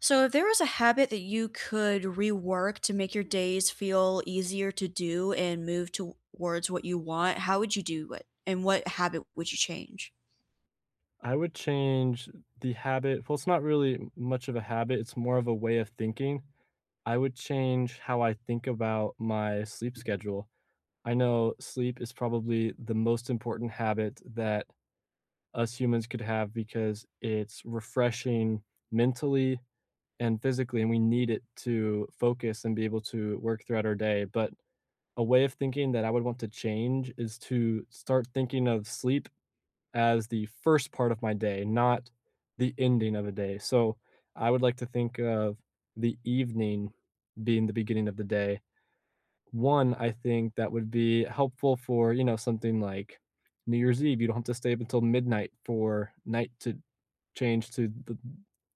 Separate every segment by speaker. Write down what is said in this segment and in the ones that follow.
Speaker 1: So, if there was a habit that you could rework to make your days feel easier to do and move towards what you want, how would you do it? And what habit would you change?
Speaker 2: I would change the habit well, it's not really much of a habit, it's more of a way of thinking. I would change how I think about my sleep schedule. I know sleep is probably the most important habit that us humans could have because it's refreshing mentally and physically, and we need it to focus and be able to work throughout our day, but a way of thinking that I would want to change is to start thinking of sleep as the first part of my day, not the ending of a day. So I would like to think of the evening being the beginning of the day. One, I think that would be helpful for, you know, something like New Year's Eve. You don't have to stay up until midnight for night to change to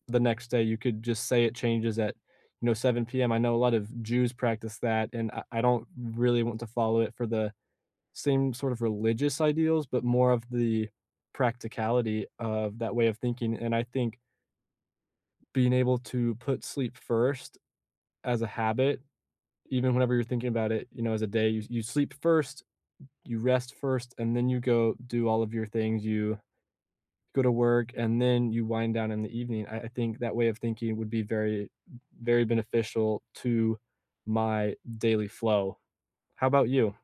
Speaker 2: the next day. You could just say it changes at, you know, 7 p.m. I know a lot of Jews practice that, and I don't really want to follow it for the same sort of religious ideals, but more of the practicality of that way of thinking, and I think being able to put sleep first as a habit, even whenever you're thinking about it, you know, as a day, you sleep first, you rest first, and then you go do all of your things, you go to work, and then you wind down in the evening. I think that way of thinking would be very, very beneficial to my daily flow. How about you?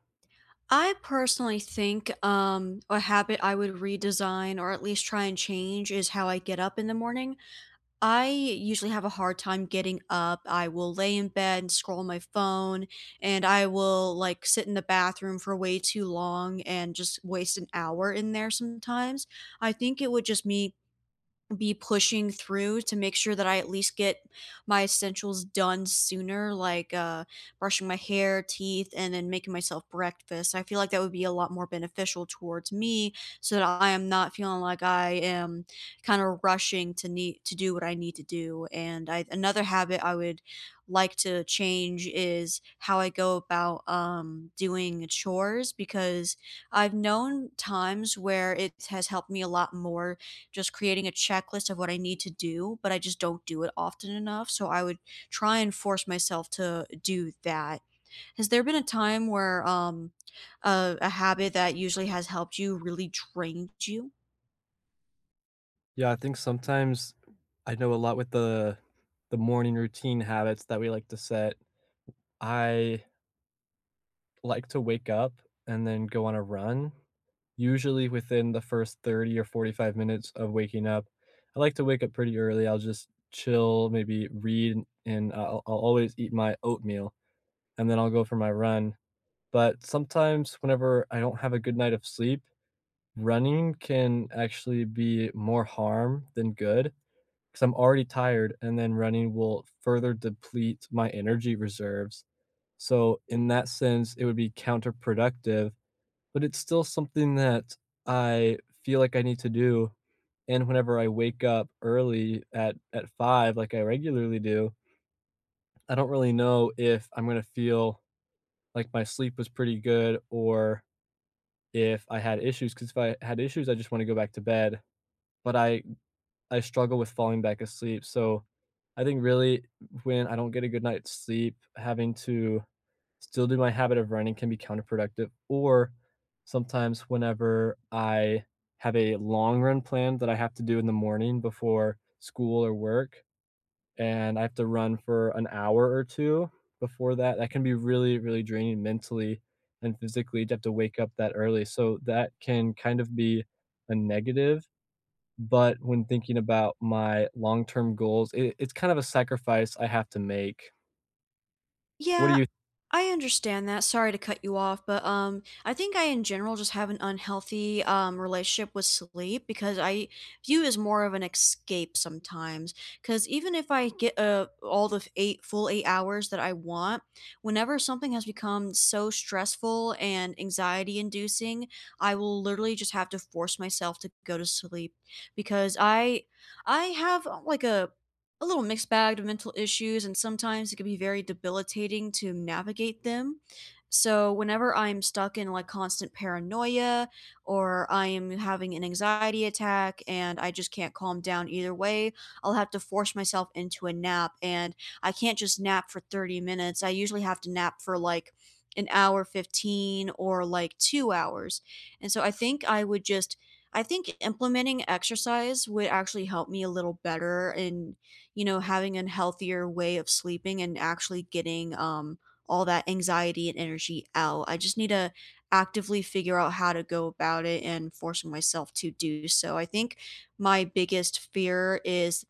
Speaker 1: I personally think a habit I would redesign or at least try and change is how I get up in the morning. I usually have a hard time getting up. I will lay in bed and scroll my phone, and I will, like, sit in the bathroom for way too long and just waste an hour in there sometimes. I think it would just me be pushing through to make sure that I at least get my essentials done sooner, like brushing my hair, teeth, and then making myself breakfast. I feel like that would be a lot more beneficial towards me, so that I am not feeling like I am kind of rushing to need to do what I need to do. Another habit I would like to change is how I go about doing chores, because I've known times where it has helped me a lot more just creating a checklist of what I need to do, but I just don't do it often enough. So I would try and force myself to do that. Has there been a time where a habit that usually has helped you really drained you?
Speaker 2: Yeah, I think sometimes I know a lot with the morning routine habits that we like to set. I like to wake up and then go on a run, usually within the first 30 or 45 minutes of waking up. I like to wake up pretty early. I'll just chill, maybe read, and I'll always eat my oatmeal and then I'll go for my run. But sometimes, whenever I don't have a good night of sleep, running can actually be more harm than good, 'cause I'm already tired, and then running will further deplete my energy reserves. So, in that sense, it would be counterproductive, but it's still something that I feel like I need to do, and whenever I wake up early at 5 like I regularly do, I don't really know if I'm gonna feel like my sleep was pretty good or if I had issues. Because if I had issues, I just wanna go back to bed, but I struggle with falling back asleep, so I think really when I don't get a good night's sleep, having to still do my habit of running can be counterproductive, or sometimes whenever I have a long run plan that I have to do in the morning before school or work, and I have to run for an hour or 2 before that, that can be really, really draining mentally and physically to have to wake up that early, so that can kind of be a negative, but when thinking about my long-term goals, it's kind of a sacrifice I have to make. What do
Speaker 1: Yeah,
Speaker 2: you?
Speaker 1: I understand that. Sorry to cut you off, but I think I in general just have an unhealthy relationship with sleep, because I view it as more of an escape sometimes. Because even if I get all the eight full 8 hours that I want, whenever something has become so stressful and anxiety inducing, I will literally just have to force myself to go to sleep, because I have like a little mixed bag of mental issues, and sometimes it can be very debilitating to navigate them. So, whenever I'm stuck in like constant paranoia, or I am having an anxiety attack and I just can't calm down either way, I'll have to force myself into a nap. And I can't just nap for 30 minutes. I usually have to nap for like an hour 15 or like 2 hours. And so, I think I would just I think implementing exercise would actually help me a little better in, having a healthier way of sleeping and actually getting all that anxiety and energy out. I just need to actively figure out how to go about it and forcing myself to do so. I think my biggest fear is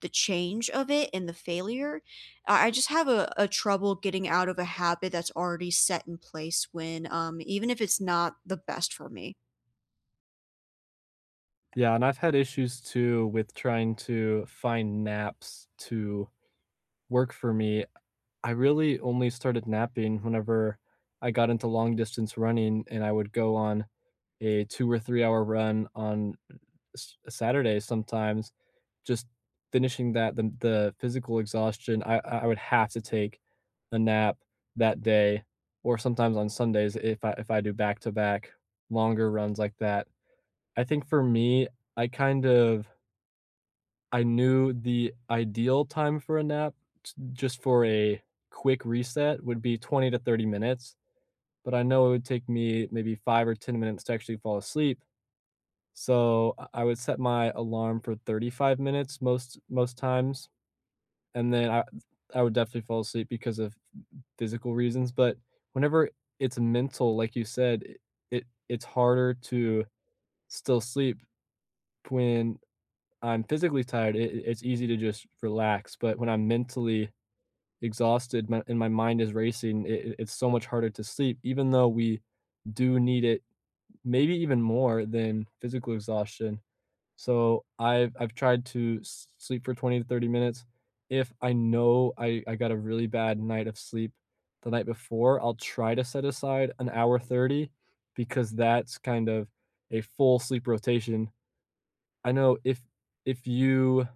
Speaker 1: the change of it and the failure. I just have a trouble getting out of a habit that's already set in place, when even if it's not the best for me.
Speaker 2: Yeah, and I've had issues too with trying to find naps to work for me. I really only started napping whenever I got into long distance running, and I would go on a 2 or 3-hour run on Saturdays sometimes, just finishing that the physical exhaustion, I would have to take a nap that day, or sometimes on Sundays if I do back to back longer runs like that. I think for me, I kind of I knew the ideal time for a nap just for a quick reset would be 20 to 30 minutes, but I know it would take me maybe 5 or 10 minutes to actually fall asleep. So, I would set my alarm for 35 minutes most times, and then I would definitely fall asleep because of physical reasons, but whenever it's mental, like you said, it it's harder to still sleep when I'm physically tired, it's easy to just relax, but when I'm mentally exhausted my and my mind is racing, it's so much harder to sleep even though we do need it maybe even more than physical exhaustion. So I've tried to s sleep for 20 to 30 minutes. If I know I got a really bad night of sleep the night before, I'll try to set aside an hour 30 because that's kind of a full sleep rotation. I know if you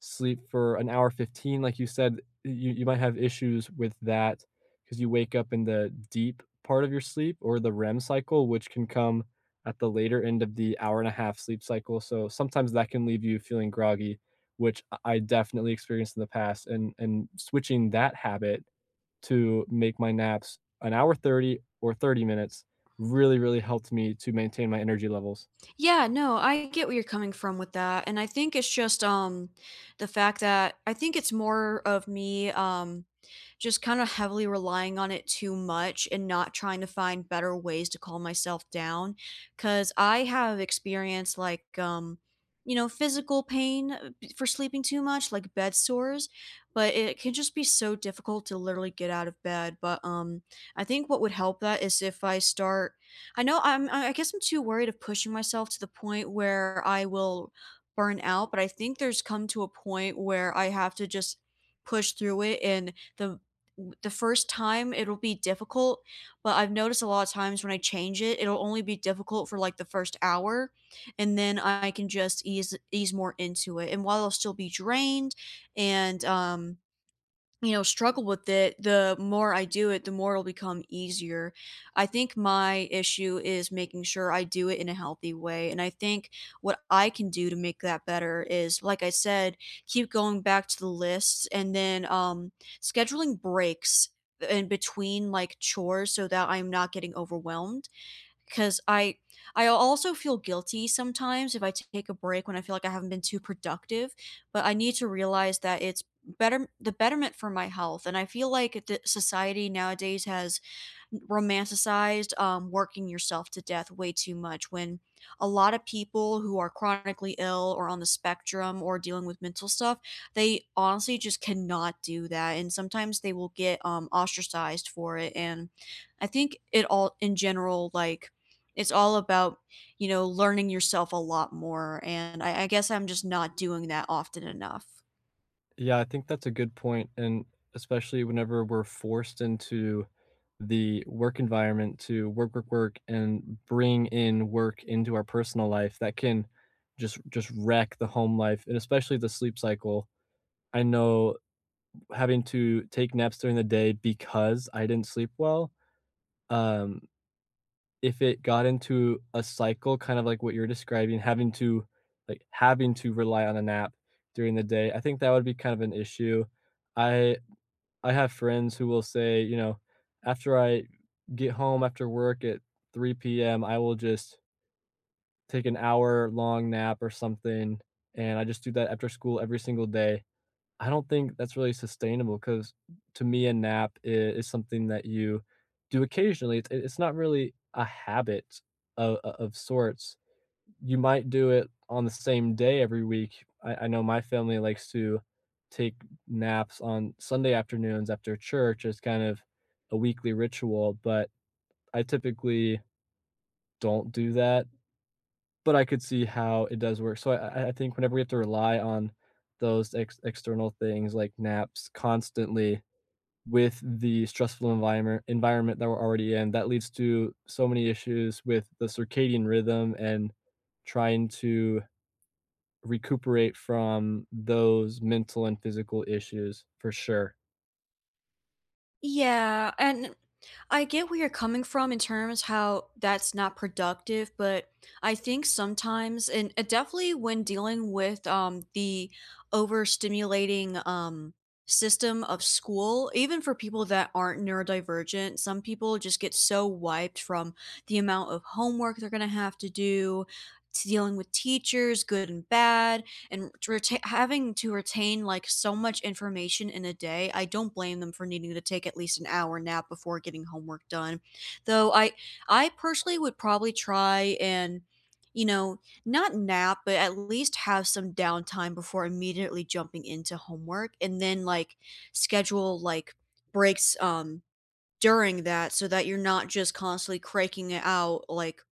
Speaker 2: sleep for an hour 15 like you said you might have issues with that because you wake up in the deep part of your sleep or the REM cycle, which can come at the later end of the hour and a half sleep cycle. So sometimes that can leave you feeling groggy, which I definitely experienced in the past, and switching that habit to make my naps an hour 30 or 30 minutes really really helped me to maintain my energy levels.
Speaker 1: Yeah, no, I get where you're coming from with that, and I think it's just, the fact that I think it's more of me, just kinda heavily relying on it too much and not trying to find better ways to calm myself down. Because I have experienced, like, physical pain, b for sleeping too much, like bed sores, but it can just be so difficult to literally get out of bed, but, I think what would help that is, if I start I guess I'm too worried of pushing myself to the point where I will burn out, but I think there's come to a point where I have to just push through it, and the first time it'll be difficult, but I've noticed a lot of times when I change it, it'll only be difficult for like the first hour, and then I can just ease more into it. And while I'll still be drained and struggle with it, the more I do it, the more it'll become easier. I think my issue is making sure I do it in a healthy way. And I think what I can do to make that better is, like I said, keep going back to the lists, and then scheduling breaks in between like chores so that I'm not getting overwhelmed, 'cause I also feel guilty sometimes if I take a break when I feel like I haven't been too productive, but I need to realize that it's better, the betterment for my health. And I feel like the society nowadays has romanticized working yourself to death way too much, when a lot of people who are chronically ill or on the spectrum or dealing with mental stuff, they honestly just cannot do that, and sometimes they will get ostracized for it. And I think it all in general, like, it's all about, learning yourself a lot more, and I guess I'm just not doing that often enough.
Speaker 2: Yeah, I think that's a good point, and especially whenever we're forced into the work environment to work, work, work, and bring in work into our personal life, that can just wreck the home life and especially the sleep cycle. I know having to take naps during the day because I didn't sleep well, um, if it got into a cycle kind of like what you're describing, having to like having to rely on a nap during the day, I think that would be kind of an issue. I I have friends who will say, you know, after I get home after work at 3 p.m., I will just take an hour long nap or something, and I just do that after school every single day. I don't think that's really sustainable because, to me, a nap I is something that you do occasionally. It's not really a habit of of sorts. You might do it on the same day every week. I know my family likes to take naps on Sunday afternoons after church as kind of a weekly ritual, but I typically don't do that. But I could see how it does work. So I think whenever we have to rely on those external things like naps constantly with the stressful environment that we're already in, that leads to so many issues with the circadian rhythm and trying to recuperate from those mental and physical issues for sure.
Speaker 1: Yeah, and I get where you're coming from in terms how that's not productive, but I think sometimes, and definitely when dealing with the overstimulating system of school, even for people that aren't neurodivergent, some people just get so wiped from the amount of homework they're going to have to do, to dealing with teachers, good and bad, and having to retain like so much information in a day. I don't blame them for needing to take at least an hour nap before getting homework done, though I personally would probably try and, you know not nap but at least have some downtime before immediately jumping into homework, and then like schedule like breaks during that, so that you're not just constantly cranking it out, like,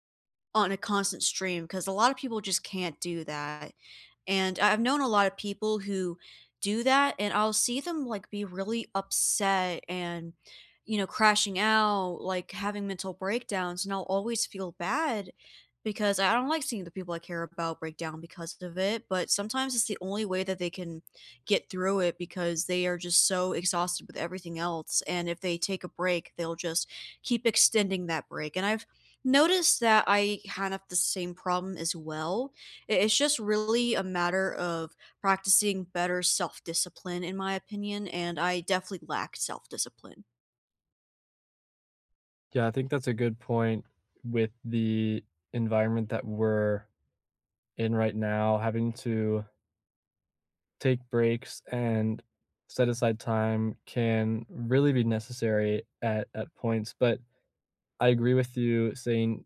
Speaker 1: on a constant stream, because a lot of people just can't do that. And I've known a lot of people who do that, and I'll see them, like, be really upset and, crashing out, like having mental breakdowns. And I'll always feel bad because I don't like seeing the people I care about break down because of it. But sometimes it's the only way that they can get through it, because they are just so exhausted with everything else. And if they take a break, they'll just keep extending that break. And I've notice that I kind of have the same problem as well. It's just really a matter of practicing better self discipline, in my opinion, and I definitely lack self discipline.
Speaker 2: Yeah, I think that's a good point with the environment that we're in right now. Having to take breaks and set aside time can really be necessary at points. But I agree with you saying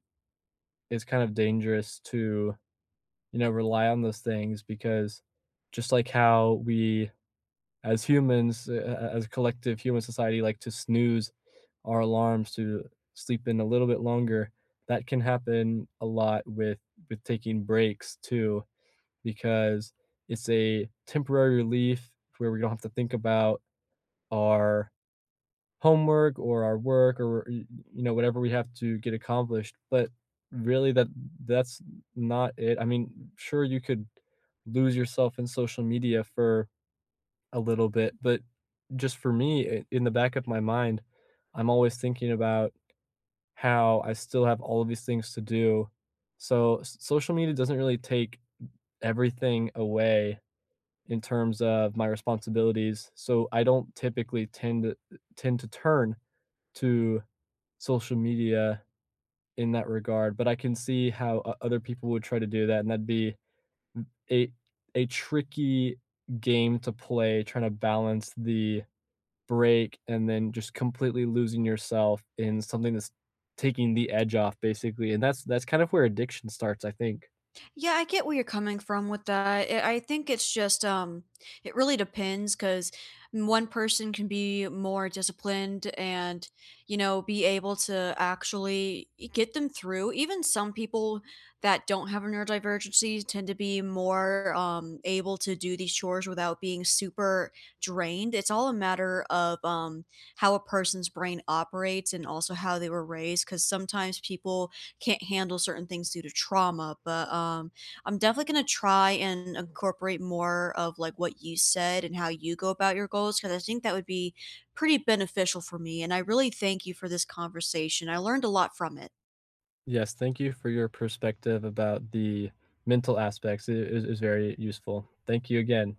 Speaker 2: it's kind of dangerous to, you know, rely on those things because just like how we as humans, as a collective human society, like to snooze our alarms to sleep in a little bit longer. That can happen a lot with taking breaks too, because it's a temporary relief where we don't have to think about our homework or our work or, you know, whatever we have to get accomplished. But really, that's not it. I mean, sure you could lose yourself in social media for a little bit, but just for me, I in the back of my mind, I'm always thinking about how I still have all of these things to do. So, s social media doesn't really take everything away in terms of my responsibilities, so I don't typically tend to turn to social media in that regard, but I can see how o other people would try to do that, and that'd be a a tricky game to play, trying to balance the break and then just completely losing yourself in something that's taking the edge off basically, and that's kind of where addiction starts, I think.
Speaker 1: Yeah, I get where you're coming from with that. I think it's just it really depends, cuz one person can be more disciplined and, be able to actually get them through. Even some people that don't have a neurodivergency tend to be more able to do these chores without being super drained. It's all a matter of how a person's brain operates, and also how they were raised, cuz sometimes people can't handle certain things due to trauma. But I'm definitely gonna try and incorporate more of like what you said and how you go about your goals, because I think that would be pretty beneficial for me. And I really thank you for this conversation. I learned a lot from it.
Speaker 2: Yes, thank you for your perspective about the mental aspects. It is very useful. Thank you again.